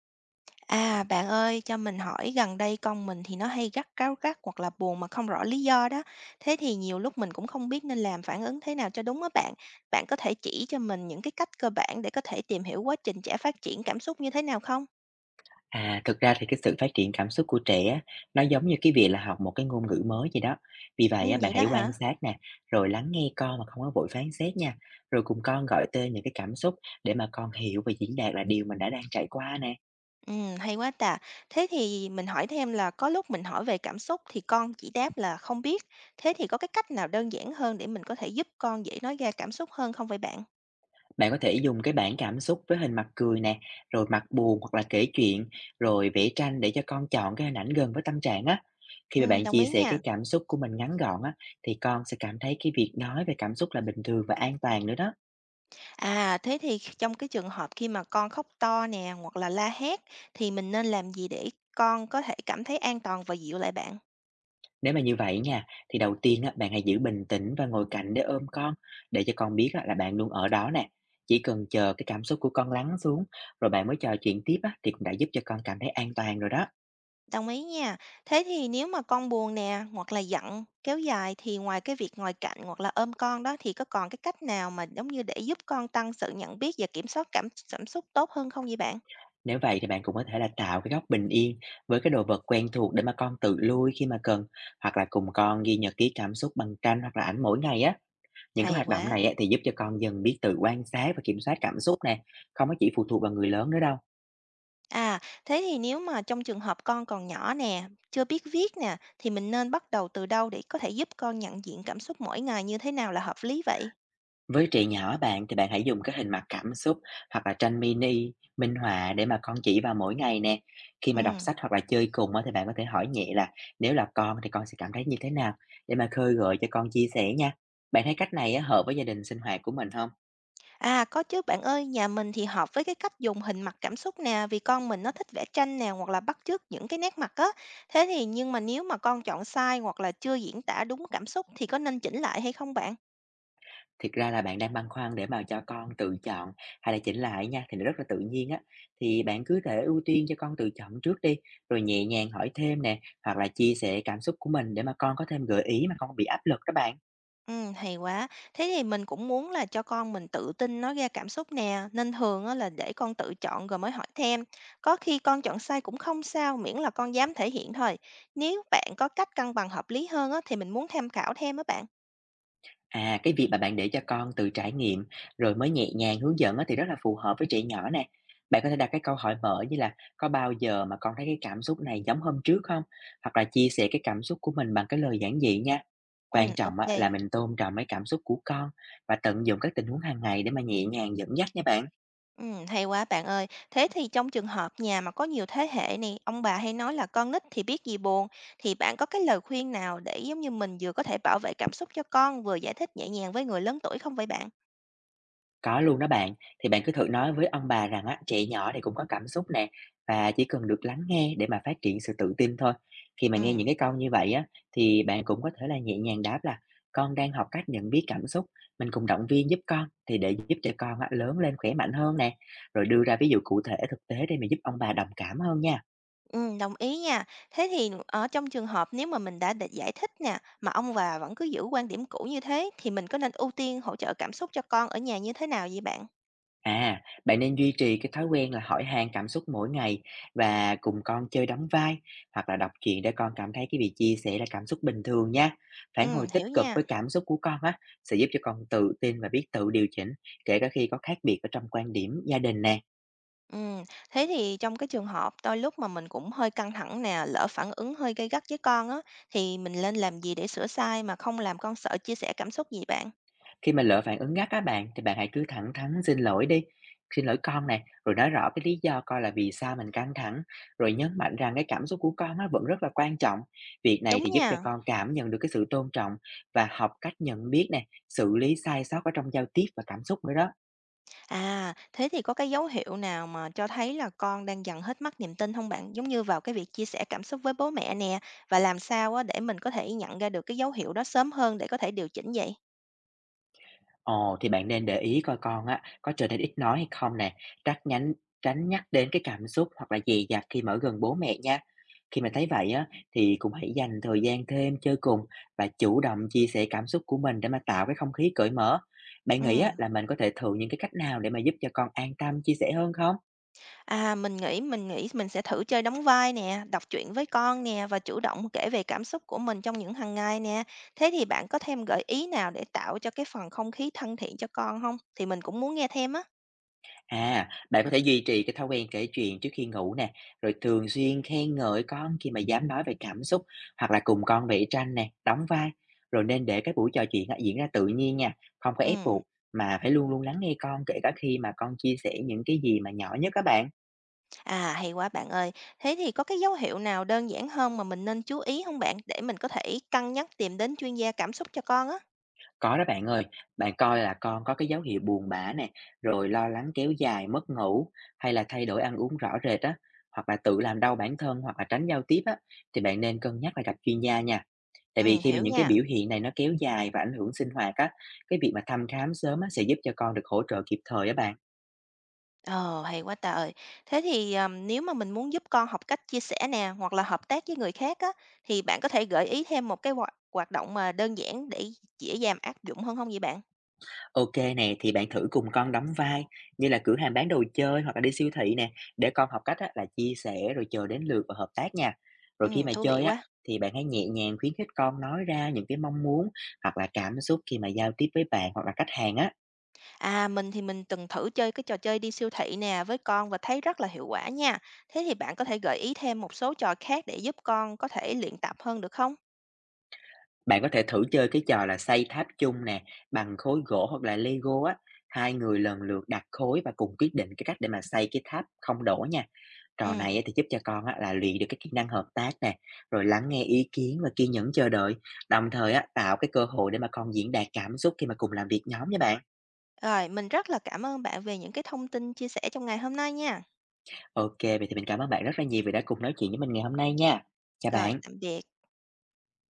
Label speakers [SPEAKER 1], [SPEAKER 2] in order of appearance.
[SPEAKER 1] À, bạn ơi, cho mình hỏi gần đây con mình thì nó hay cáu gắt hoặc là buồn mà không rõ lý do đó. Thế thì nhiều lúc mình cũng không biết nên làm phản ứng thế nào cho đúng á bạn. Bạn có thể chỉ cho mình những cái cách cơ bản để có thể tìm hiểu quá trình trẻ phát triển cảm xúc như thế nào không?
[SPEAKER 2] À, thực ra thì cái sự phát triển cảm xúc của trẻ á, nó giống như cái việc là học một cái ngôn ngữ mới gì đó. Vì
[SPEAKER 1] Ừ,
[SPEAKER 2] vậy á, bạn
[SPEAKER 1] vậy đó
[SPEAKER 2] hãy
[SPEAKER 1] hả?
[SPEAKER 2] quan sát nè, rồi lắng nghe con mà không có vội phán xét nha. Rồi cùng con gọi tên những cái cảm xúc để mà con hiểu và diễn đạt là điều mình đã đang trải qua nè.
[SPEAKER 1] Ừ, hay quá tà. Thế thì mình hỏi thêm là có lúc mình hỏi về cảm xúc thì con chỉ đáp là không biết. Thế thì có cái cách nào đơn giản hơn để mình có thể giúp con dễ nói ra cảm xúc hơn không vậy bạn?
[SPEAKER 2] Bạn có thể dùng cái bảng cảm xúc với hình mặt cười nè, rồi mặt buồn hoặc là kể chuyện, rồi vẽ tranh để cho con chọn cái hình ảnh gần với tâm trạng á. Khi mà
[SPEAKER 1] Ừ,
[SPEAKER 2] bạn
[SPEAKER 1] đồng
[SPEAKER 2] chia
[SPEAKER 1] ý
[SPEAKER 2] sẻ cái
[SPEAKER 1] nha.
[SPEAKER 2] cảm xúc của mình ngắn gọn á, thì con sẽ cảm thấy cái việc nói về cảm xúc là bình thường và an toàn nữa đó.
[SPEAKER 1] À, thế thì trong cái trường hợp khi mà con khóc to nè, hoặc là la hét thì mình nên làm gì để con có thể cảm thấy an toàn và dịu lại bạn?
[SPEAKER 2] Nếu mà như vậy nha, thì đầu tiên á, bạn hãy giữ bình tĩnh và ngồi cạnh để ôm con, để cho con biết á, là bạn luôn ở đó nè. Chỉ cần chờ cái cảm xúc của con lắng xuống, rồi bạn mới trò chuyện tiếp á, thì cũng đã giúp cho con cảm thấy an toàn rồi đó.
[SPEAKER 1] Đồng ý nha. Thế thì nếu mà con buồn nè, hoặc là giận kéo dài thì ngoài cái việc ngồi cạnh hoặc là ôm con đó thì có còn cái cách nào mà giống như để giúp con tăng sự nhận biết và kiểm soát cảm cảm xúc tốt hơn không vậy bạn?
[SPEAKER 2] Nếu vậy thì bạn cũng có thể là tạo cái góc bình yên với cái đồ vật quen thuộc để mà con tự lui khi mà cần, hoặc là cùng con ghi nhật ký cảm xúc bằng tranh hoặc là ảnh mỗi ngày á. Những cái
[SPEAKER 1] Hay
[SPEAKER 2] hoạt động
[SPEAKER 1] quá.
[SPEAKER 2] này á, thì giúp cho con dần biết tự quan sát và kiểm soát cảm xúc nè, không có chỉ phụ thuộc vào người lớn nữa đâu.
[SPEAKER 1] À, thế thì nếu mà trong trường hợp con còn nhỏ nè, chưa biết viết nè, thì mình nên bắt đầu từ đâu để có thể giúp con nhận diện cảm xúc mỗi ngày như thế nào là hợp lý vậy?
[SPEAKER 2] Với trẻ nhỏ bạn thì bạn hãy dùng các hình mặt cảm xúc hoặc là tranh mini, minh họa để mà con chỉ vào mỗi ngày nè. Khi
[SPEAKER 1] Ừ.
[SPEAKER 2] mà đọc sách hoặc là chơi cùng á, thì bạn có thể hỏi nhẹ là nếu là con thì con sẽ cảm thấy như thế nào, để mà khơi gợi cho con chia sẻ nha. Bạn thấy cách này á, hợp với gia đình sinh hoạt của mình không?
[SPEAKER 1] À có chứ bạn ơi, nhà mình thì hợp với cái cách dùng hình mặt cảm xúc nè, vì con mình nó thích vẽ tranh nè hoặc là bắt chước những cái nét mặt á. Thế thì nhưng mà nếu mà con chọn sai hoặc là chưa diễn tả đúng cảm xúc thì có nên chỉnh lại hay không bạn?
[SPEAKER 2] Thực ra là bạn đang băn khoăn để mà cho con tự chọn hay là chỉnh lại nha, thì nó rất là tự nhiên á. Thì bạn cứ thể ưu tiên cho con tự chọn trước đi, rồi nhẹ nhàng hỏi thêm nè, hoặc là chia sẻ cảm xúc của mình để mà con có thêm gợi ý mà không bị áp lực đó bạn.
[SPEAKER 1] Hay quá. Thế thì mình cũng muốn là cho con mình tự tin nói ra cảm xúc nè, nên thường á là để con tự chọn rồi mới hỏi thêm. Có khi con chọn sai cũng không sao, miễn là con dám thể hiện thôi. Nếu bạn có cách cân bằng hợp lý hơn á thì mình muốn tham khảo thêm á bạn.
[SPEAKER 2] À, cái việc mà bạn để cho con tự trải nghiệm rồi mới nhẹ nhàng hướng dẫn á, thì rất là phù hợp với trẻ nhỏ nè. Bạn có thể đặt cái câu hỏi mở như là: có bao giờ mà con thấy cái cảm xúc này giống hôm trước không? Hoặc là chia sẻ cái cảm xúc của mình bằng cái lời giản dị nha. Quan trọng
[SPEAKER 1] Ok.
[SPEAKER 2] á, là mình tôn trọng cái cảm xúc của con và tận dụng các tình huống hàng ngày để mà nhẹ nhàng dẫn dắt nha bạn.
[SPEAKER 1] Hay quá bạn ơi. Thế thì trong trường hợp nhà mà có nhiều thế hệ này, ông bà hay nói là con nít thì biết gì buồn, thì bạn có cái lời khuyên nào để giống như mình vừa có thể bảo vệ cảm xúc cho con, vừa giải thích nhẹ nhàng với người lớn tuổi không vậy bạn?
[SPEAKER 2] Có luôn đó bạn, thì bạn cứ thử nói với ông bà rằng á, trẻ nhỏ thì cũng có cảm xúc nè, và chỉ cần được lắng nghe để mà phát triển sự tự tin thôi. Khi mà nghe những
[SPEAKER 1] Ừm.
[SPEAKER 2] cái câu như vậy á, thì bạn cũng có thể là nhẹ nhàng đáp là: con đang học cách nhận biết cảm xúc, mình cùng động viên giúp con, thì để giúp cho con á, lớn lên khỏe mạnh hơn nè, rồi đưa ra ví dụ cụ thể thực tế để mà giúp ông bà đồng cảm hơn nha.
[SPEAKER 1] Đồng ý nha. Thế thì ở trong trường hợp nếu mà mình đã giải thích nè, mà ông bà vẫn cứ giữ quan điểm cũ như thế, thì mình có nên ưu tiên hỗ trợ cảm xúc cho con ở nhà như thế nào vậy bạn?
[SPEAKER 2] À, bạn nên duy trì cái thói quen là hỏi han cảm xúc mỗi ngày và cùng con chơi đóng vai hoặc là đọc truyện, để con cảm thấy cái việc chia sẻ là cảm xúc bình thường nha. Phản hồi tích
[SPEAKER 1] Hiểu
[SPEAKER 2] cực
[SPEAKER 1] nha.
[SPEAKER 2] với cảm xúc của con á, sẽ giúp cho con tự tin và biết tự điều chỉnh, kể cả khi có khác biệt ở trong quan điểm gia đình nè.
[SPEAKER 1] Ừm, thế thì trong cái trường hợp đôi lúc mà mình cũng hơi căng thẳng nè, lỡ phản ứng hơi gay gắt với con á, thì mình nên làm gì để sửa sai mà không làm con sợ chia sẻ cảm xúc gì bạn?
[SPEAKER 2] Khi mà lỡ phản ứng gắt á bạn, thì bạn hãy cứ thẳng thắn xin lỗi đi, "Xin lỗi con" này, rồi nói rõ cái lý do coi là vì sao mình căng thẳng, rồi nhấn mạnh rằng cái cảm xúc của con nó vẫn rất là quan trọng. Việc này
[SPEAKER 1] Đúng
[SPEAKER 2] thì giúp cho
[SPEAKER 1] nha.
[SPEAKER 2] con cảm nhận được cái sự tôn trọng và học cách nhận biết nè, xử lý sai sót ở trong giao tiếp và cảm xúc nữa đó.
[SPEAKER 1] À, thế thì có cái dấu hiệu nào mà cho thấy là con đang dần hết mất niềm tin không bạn? Giống như vào cái việc chia sẻ cảm xúc với bố mẹ nè, và làm sao á để mình có thể nhận ra được cái dấu hiệu đó sớm hơn để có thể điều chỉnh vậy?
[SPEAKER 2] Ồ, thì bạn nên để ý coi con á có trở nên ít nói hay không nè, tránh nhánh tránh nhắc đến cái cảm xúc, hoặc là dè dặt khi mà ở gần bố mẹ nha. Khi mà thấy vậy á, thì cũng hãy dành thời gian thêm chơi cùng và chủ động chia sẻ cảm xúc của mình để mà tạo cái không khí cởi mở. Bạn nghĩ
[SPEAKER 1] Ừm,
[SPEAKER 2] á là mình có thể thử những cái cách nào để mà giúp cho con an tâm chia sẻ hơn không?
[SPEAKER 1] à, mình nghĩ mình sẽ thử chơi đóng vai nè, đọc truyện với con nè và chủ động kể về cảm xúc của mình trong những hàng ngày nè. Thế thì bạn có thêm gợi ý nào để tạo cho cái phần không khí thân thiện cho con không? Thì mình cũng muốn nghe thêm á.
[SPEAKER 2] À, bạn có thể duy trì cái thói quen kể chuyện trước khi ngủ nè, rồi thường xuyên khen ngợi con khi mà dám nói về cảm xúc, hoặc là cùng con vẽ tranh nè, đóng vai, rồi nên để cái buổi trò chuyện á, diễn ra tự nhiên nha, không có ép
[SPEAKER 1] Ừm.
[SPEAKER 2] buộc, mà phải luôn luôn lắng nghe con, kể cả khi mà con chia sẻ những cái gì mà nhỏ nhất các bạn.
[SPEAKER 1] À, hay quá bạn ơi. Thế thì có cái dấu hiệu nào đơn giản hơn mà mình nên chú ý không bạn, để mình có thể cân nhắc tìm đến chuyên gia cảm xúc cho con á?
[SPEAKER 2] Có đó bạn ơi, bạn coi là con có cái dấu hiệu buồn bã nè, rồi lo lắng kéo dài, mất ngủ, hay là thay đổi ăn uống rõ rệt á, hoặc là tự làm đau bản thân hoặc là tránh giao tiếp á, thì bạn nên cân nhắc là gặp chuyên gia nha. Tại vì khi mà
[SPEAKER 1] Hiểu
[SPEAKER 2] những cái
[SPEAKER 1] nha.
[SPEAKER 2] biểu hiện này nó kéo dài và ảnh hưởng sinh hoạt á, cái việc mà thăm khám sớm á, sẽ giúp cho con được hỗ trợ kịp thời á bạn.
[SPEAKER 1] Ờ, hay quá trời. Thế thì, nếu mà mình muốn giúp con học cách chia sẻ nè, hoặc là hợp tác với người khác á, thì bạn có thể gợi ý thêm một cái hoạt hoạt động mà đơn giản để dễ dàng áp dụng hơn không vậy bạn?
[SPEAKER 2] Ok nè, thì bạn thử cùng con đóng vai như là cửa hàng bán đồ chơi hoặc là đi siêu thị nè, để con học cách á, là chia sẻ rồi chờ đến lượt và hợp tác nha. Rồi khi mà
[SPEAKER 1] Thú vị
[SPEAKER 2] chơi á,
[SPEAKER 1] quá.
[SPEAKER 2] thì bạn hãy nhẹ nhàng khuyến khích con nói ra những cái mong muốn hoặc là cảm xúc khi mà giao tiếp với bạn hoặc là khách hàng á.
[SPEAKER 1] À, mình thì mình từng thử chơi cái trò chơi đi siêu thị nè với con và thấy rất là hiệu quả nha. Thế thì bạn có thể gợi ý thêm một số trò khác để giúp con có thể luyện tập hơn được không?
[SPEAKER 2] Bạn có thể thử chơi cái trò là xây tháp chung nè, bằng khối gỗ hoặc là Lego á, hai người lần lượt đặt khối và cùng quyết định cái cách để mà xây cái tháp không đổ nha. Trò này
[SPEAKER 1] Ừ.
[SPEAKER 2] á thì giúp cho con á là luyện được cái kỹ năng hợp tác nè, rồi lắng nghe ý kiến và kiên nhẫn chờ đợi, đồng thời á tạo cái cơ hội để mà con diễn đạt cảm xúc khi mà cùng làm việc nhóm nha bạn.
[SPEAKER 1] Rồi, mình rất là cảm ơn bạn về những cái thông tin chia sẻ trong ngày hôm nay nha.
[SPEAKER 2] OK, vậy thì mình cảm ơn bạn rất là nhiều vì đã cùng nói chuyện với mình ngày hôm nay nha. Chào
[SPEAKER 1] Rồi,
[SPEAKER 2] bạn.
[SPEAKER 1] tạm biệt.